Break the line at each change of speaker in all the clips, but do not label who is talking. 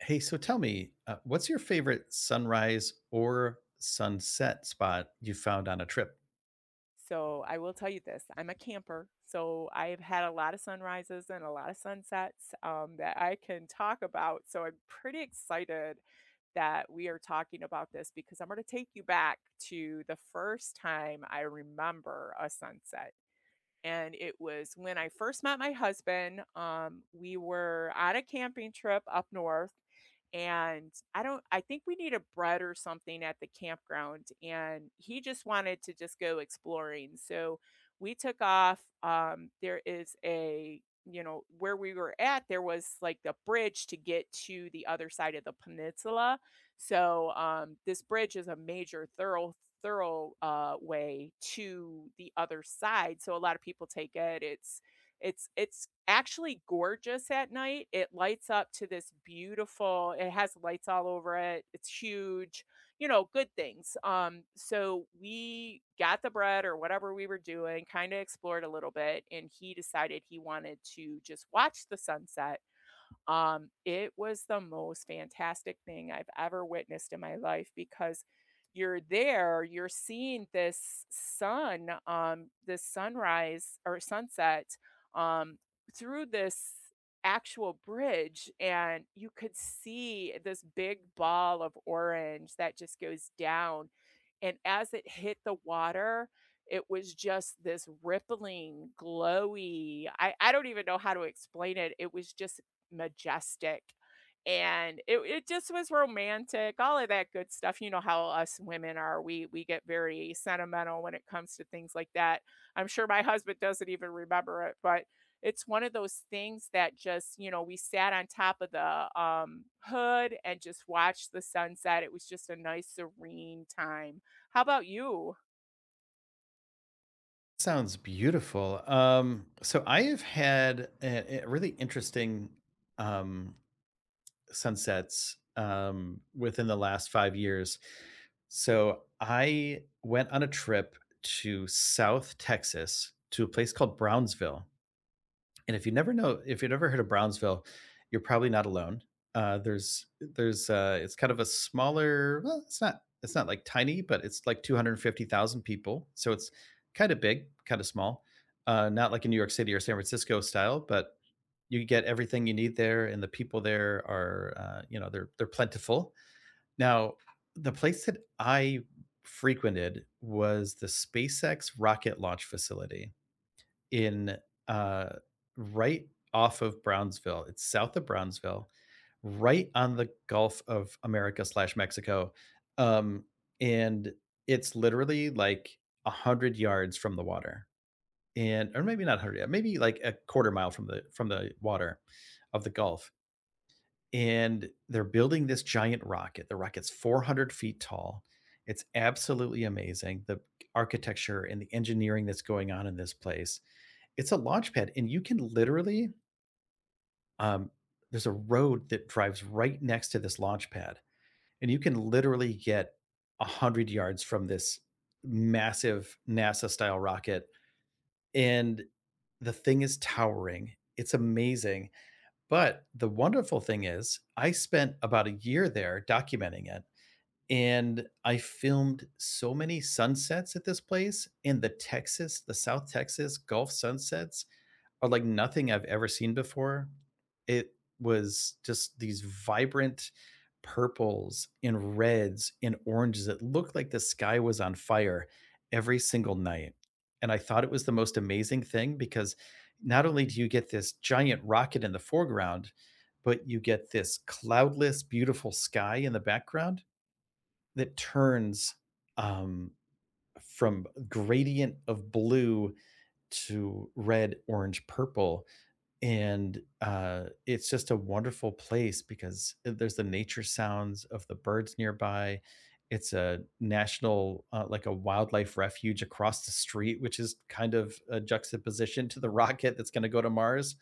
Hey, so tell me, what's your favorite sunrise or sunset spot you found on a trip?
So I will tell you this, I'm a camper, so I've had a lot of sunrises and a lot of sunsets, that I can talk about. So I'm pretty excited that we are talking about this because I'm going to take you back to the first time I remember a sunset, and it was when I first met my husband. We were on a camping trip up north, and I don't, I think we needed bread or something at the campground, and he just wanted to just go exploring. So we took off. There is a, you know, where we were at, there was like the bridge to get to the other side of the peninsula. So this bridge is a major thorough way to the other side. So a lot of people take it. It's actually gorgeous at night. It lights up to this beautiful. It has lights all over it. It's huge. You know, good things. So we got the bread or whatever we were doing, kind of explored a little bit, and he decided he wanted to just watch the sunset. It was the most fantastic thing I've ever witnessed in my life because you're there, you're seeing this sun, this sunrise or sunset, um, through this actual bridge, and you could see this big ball of orange that just goes down. And as it hit the water, it was just this rippling, glowy. I don't even know how to explain it. It was just majestic, and it just was romantic, all of that good stuff. You know how us women are, we get very sentimental when it comes to things like that. I'm sure my husband doesn't even remember it, but it's one of those things that just, you know, we sat on top of the hood and just watched the sunset. It was just a nice serene time. How about you?
Sounds beautiful. So I have had a really interesting um, sunsets within the last 5 years. So I went on a trip to South Texas to a place called Brownsville. And if you never know, if you've never heard of Brownsville, you're probably not alone. There's It's kind of a smaller. Well, it's not like tiny, but it's like 250,000 people, so it's kind of big, kind of small. Not like in New York City or San Francisco style, but you get everything you need there, and the people there are they're plentiful. Now, the place that I frequented was the SpaceX rocket launch facility in uh, right off of Brownsville. It's south of Brownsville, right on the Gulf of America slash Mexico, um, and it's literally like a hundred yards from the water, and or maybe not hundred, yeah, maybe like a quarter mile from the water of the Gulf. And they're building this giant rocket. The rocket's 400 feet tall. It's absolutely amazing. The architecture and the engineering that's going on in this place. It's a launch pad, and you can literally, um there's a road that drives right next to this launch pad, and you can literally get 100 yards from this massive NASA-style rocket, and the thing is towering. It's amazing, but the wonderful thing is I spent about a year there documenting it, and I filmed so many sunsets at this place in the South Texas Gulf sunsets are like nothing I've ever seen before. It was just these vibrant purples and reds and oranges. It looked like the sky was on fire every single night. And I thought it was the most amazing thing because not only do you get this giant rocket in the foreground, but you get this cloudless, beautiful sky in the background that turns um, from gradient of blue to red, orange, purple and it's just a wonderful place because there's the nature sounds of the birds nearby. It's a national, like a wildlife refuge across the street, which is kind of a juxtaposition to the rocket that's going to go to Mars.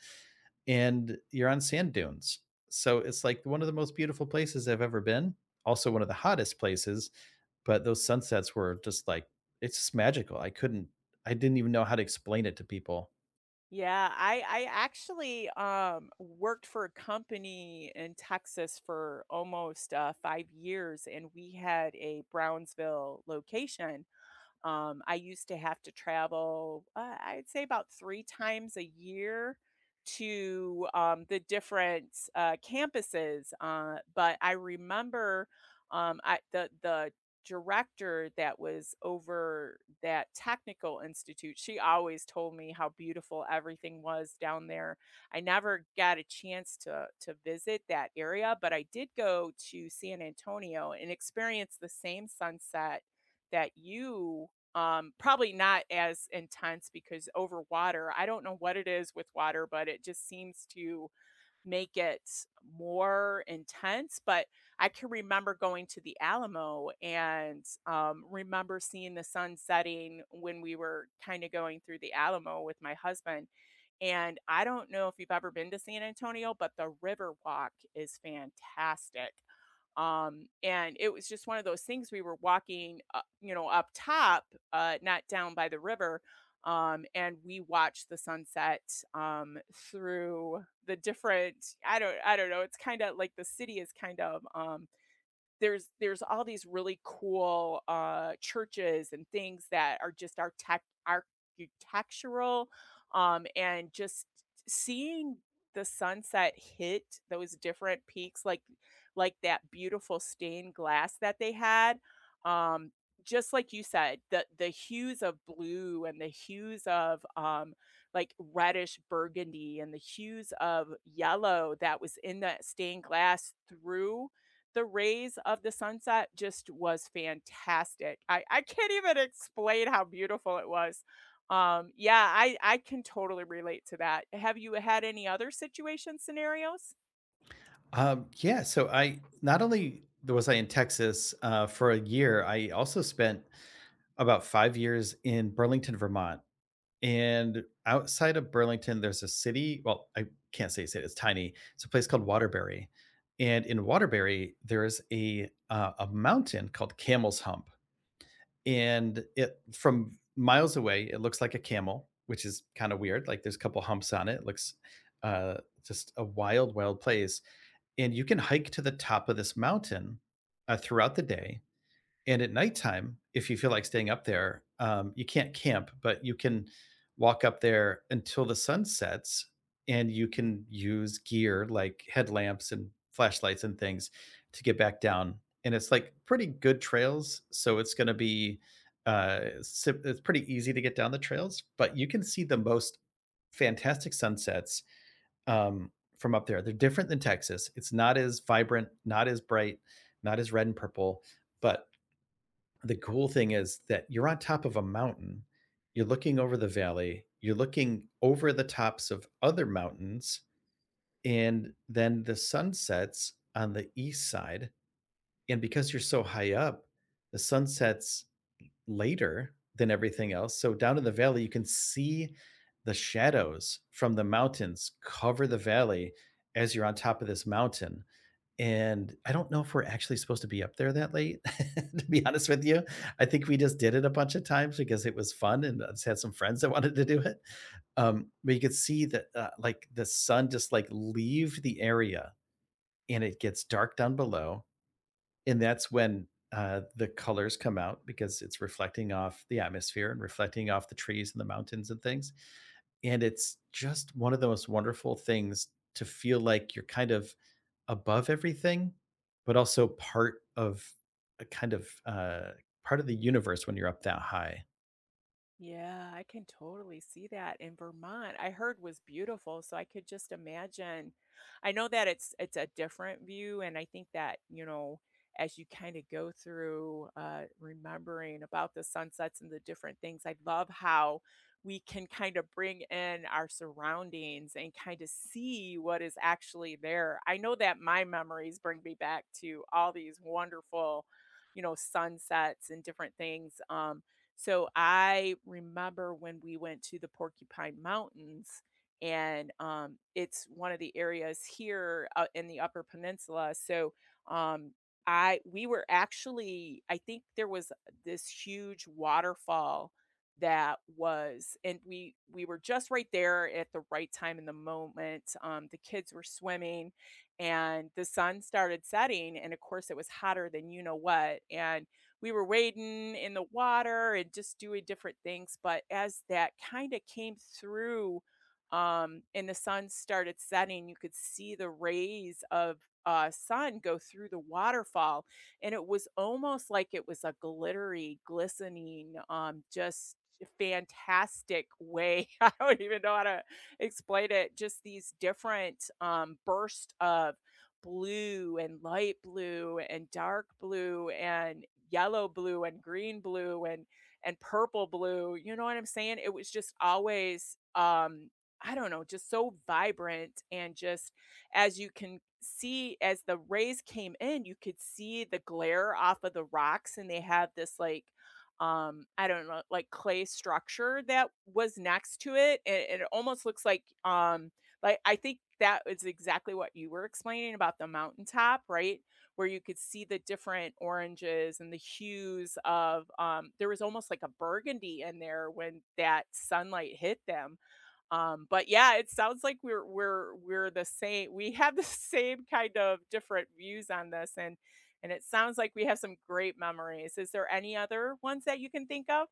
And you're on sand dunes. So it's like one of the most beautiful places I've ever been. Also, one of the hottest places. But those sunsets were just like, it's just magical. I didn't even know how to explain it to people.
Yeah, I actually worked for a company in Texas for almost 5 years, and we had a Brownsville location. I used to have to travel, I'd say about three times a year to the different campuses. But I remember, I, the director that was over that technical institute, she always told me how beautiful everything was down there. I never got a chance to visit that area, but I did go to San Antonio and experience the same sunset that you, probably not as intense, because over water, I don't know what it is with water, but it just seems to make it more intense. But I can remember going to the Alamo and, remember seeing the sun setting when we were kind of going through the Alamo with my husband. And I don't know if you've ever been to San Antonio, but the river walk is fantastic. And it was just one of those things. We were walking, you know, up top, not down by the river, and we watched the sunset through the different, I don't, I don't know, it's kind of like the city is kind of, there's all these really cool churches and things that are just our tech architectural, and just seeing the sunset hit those different peaks, like that beautiful stained glass that they had, um, just like you said, the hues of blue and the hues of, like reddish burgundy, and the hues of yellow that was in that stained glass through the rays of the sunset, just was fantastic. I can't even explain how beautiful it was. Yeah, I can totally relate to that. Have you had any other situation scenarios?
Yeah, so I not only was I in Texas for a year, I also spent about 5 years in Burlington, Vermont. And outside of Burlington, there's a city. Well, I can't say city; it's tiny. It's a place called Waterbury, and in Waterbury, there is a mountain called Camel's Hump, and it from miles away, it looks like a camel, which is kind of weird. Like there's a couple humps on it. It looks just a wild, wild place and you can hike to the top of this mountain throughout the day. And at nighttime, if you feel like staying up there, you can't camp, but you can walk up there until the sun sets and you can use gear like headlamps and flashlights and things to get back down. And it's like pretty good trails. So it's going to be, it's pretty easy to get down the trails, but you can see the most fantastic sunsets um, from up there. They're different than Texas. It's not as vibrant, not as bright, not as red and purple. But the cool thing is that you're on top of a mountain. You're looking over the valley. You're looking over the tops of other mountains. And then the sun sets on the east side. And because you're so high up, the sun sets later than everything else. So down in the valley, you can see the shadows from the mountains cover the valley as you're on top of this mountain. And I don't know if we're actually supposed to be up there that late, to be honest with you. I think we just did it a bunch of times because it was fun and I just had some friends that wanted to do it. But you could see that like the sun just like leave the area and it gets dark down below and that's when the colors come out because it's reflecting off the atmosphere and reflecting off the trees and the mountains and things. And it's just one of the most wonderful things to feel like you're kind of above everything, but also part of a kind of part of the universe when you're up that high.
Yeah, I can totally see that in Vermont. I heard was beautiful, so I could just imagine. I know that it's a different view, and I think that, you know, as you kind of go through, remembering about the sunsets and the different things, I love how we can kind of bring in our surroundings and kind of see what is actually there. I know that my memories bring me back to all these wonderful, you know, sunsets and different things. So I remember when we went to the Porcupine Mountains, and it's one of the areas here in the Upper Peninsula. So um, I, we were actually, I think there was this huge waterfall that was, and we were just right there at the right time in the moment. The kids were swimming and the sun started setting, and of course it was hotter than you know what, and we were wading in the water and just doing different things. But as that kind of came through, and the sun started setting, you could see the rays of sun go through the waterfall, and it was almost like it was a glittery, glistening, just fantastic way. I don't even know how to explain it. Just these different, bursts of blue and light blue and dark blue and yellow blue and green blue and purple blue. You know what I'm saying. It was just always, I don't know, just so vibrant. And just as you can see, as the rays came in, you could see the glare off of the rocks, and they have this like, I don't know, like clay structure that was next to it, and it almost looks like, like, I think that is exactly what you were explaining about the mountaintop, right? Where you could see the different oranges and the hues of, there was almost like a burgundy in there when that sunlight hit them. But yeah, it sounds like we're the same. We have the same kind of different views on this, and it sounds like we have some great memories. Is there any other ones that you can think of?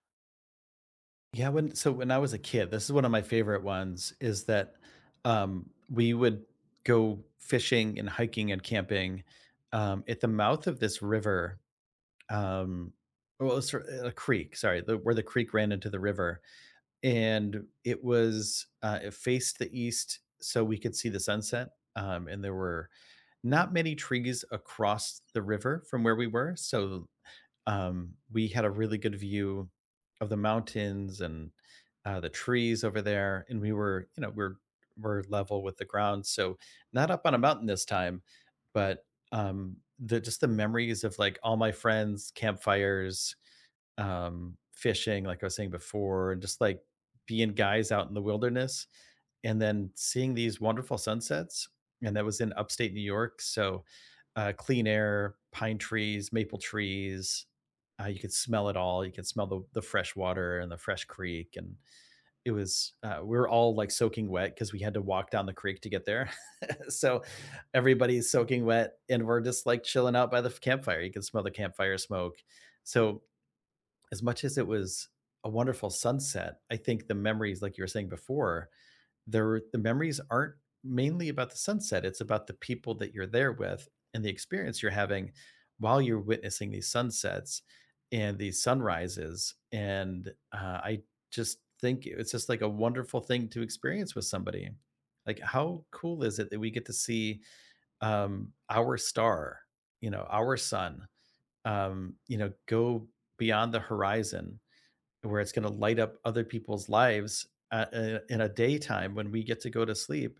Yeah, when so when I was a kid, this is one of my favorite ones is that we would go fishing and hiking and camping at the mouth of this river um well, it was sort of a creek, sorry, the, where the creek ran into the river, and it was it faced the east, so we could see the sunset. And there were not many trees across the river from where we were, so we had a really good view of the mountains and the trees over there, and we were, you know, we're level with the ground, so not up on a mountain this time, but the just the memories of like all my friends, campfires, fishing, like I was saying before, and just like being guys out in the wilderness and then seeing these wonderful sunsets. And that was in upstate New York. So clean air, pine trees, maple trees. You could smell it all. You could smell the fresh water and the fresh creek. And it was, we were all like soaking wet because we had to walk down the creek to get there. So everybody's soaking wet and we're just like chilling out by the campfire. You can smell the campfire smoke. So as much as it was a wonderful sunset, I think the memories, like you were saying before, there the memories aren't mainly about the sunset. It's about the people that you're there with and the experience you're having while you're witnessing these sunsets and these sunrises. And I just think it's just like a wonderful thing to experience with somebody. Like, how cool is it that we get to see our star, you know, our sun, you know, go beyond the horizon where it's gonna light up other people's lives in a daytime when we get to go to sleep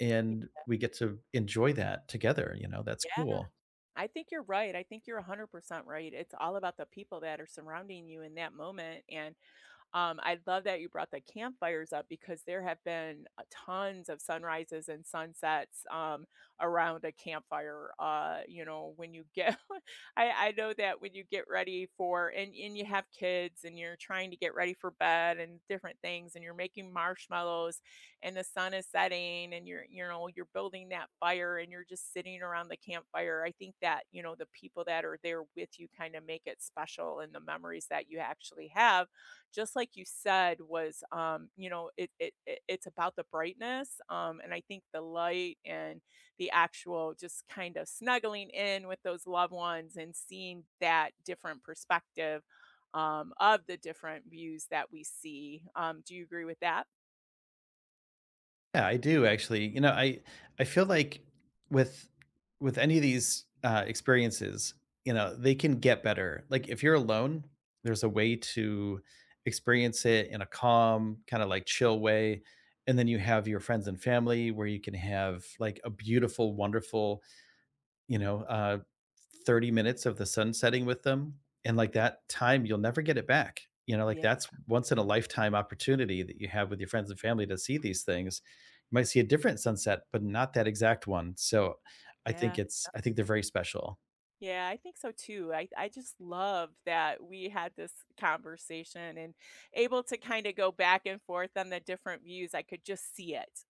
and we get to enjoy that together, you know, that's
Yeah.
cool.
I think you're right. I think you're 100% right. It's all about the people that are surrounding you in that moment. And I love that you brought the campfires up, because there have been tons of sunrises and sunsets around a campfire. You know, when you get, I know that when you get ready for, and you have kids and you're trying to get ready for bed and different things, and you're making marshmallows and the sun is setting, and you're, you know, you're building that fire and you're just sitting around the campfire. I think that, you know, the people that are there with you kind of make it special, and the memories that you actually have, just like you said, was, you know, it, it's about the brightness. And I think the light and the actual, just kind of snuggling in with those loved ones and seeing that different perspective of the different views that we see. Do you agree with that?
Yeah, I do actually. You know, I feel like with with any of these experiences, you know, they can get better. Like if you're alone, there's a way to experience it in a calm, kind of like chill way. And then you have your friends and family where you can have like a beautiful, wonderful you know, 30 minutes of the sun setting with them, and, like, that time, you'll never get it back, you know, like,
Yeah,
that's once in a lifetime opportunity that you have with your friends and family to see these things. You might see a different sunset, but not that exact one, so I
yeah.
think it's I think they're very special.
Yeah, I think so too. I just love that we had this conversation and able to kind of go back and forth on the different views. I could just see it.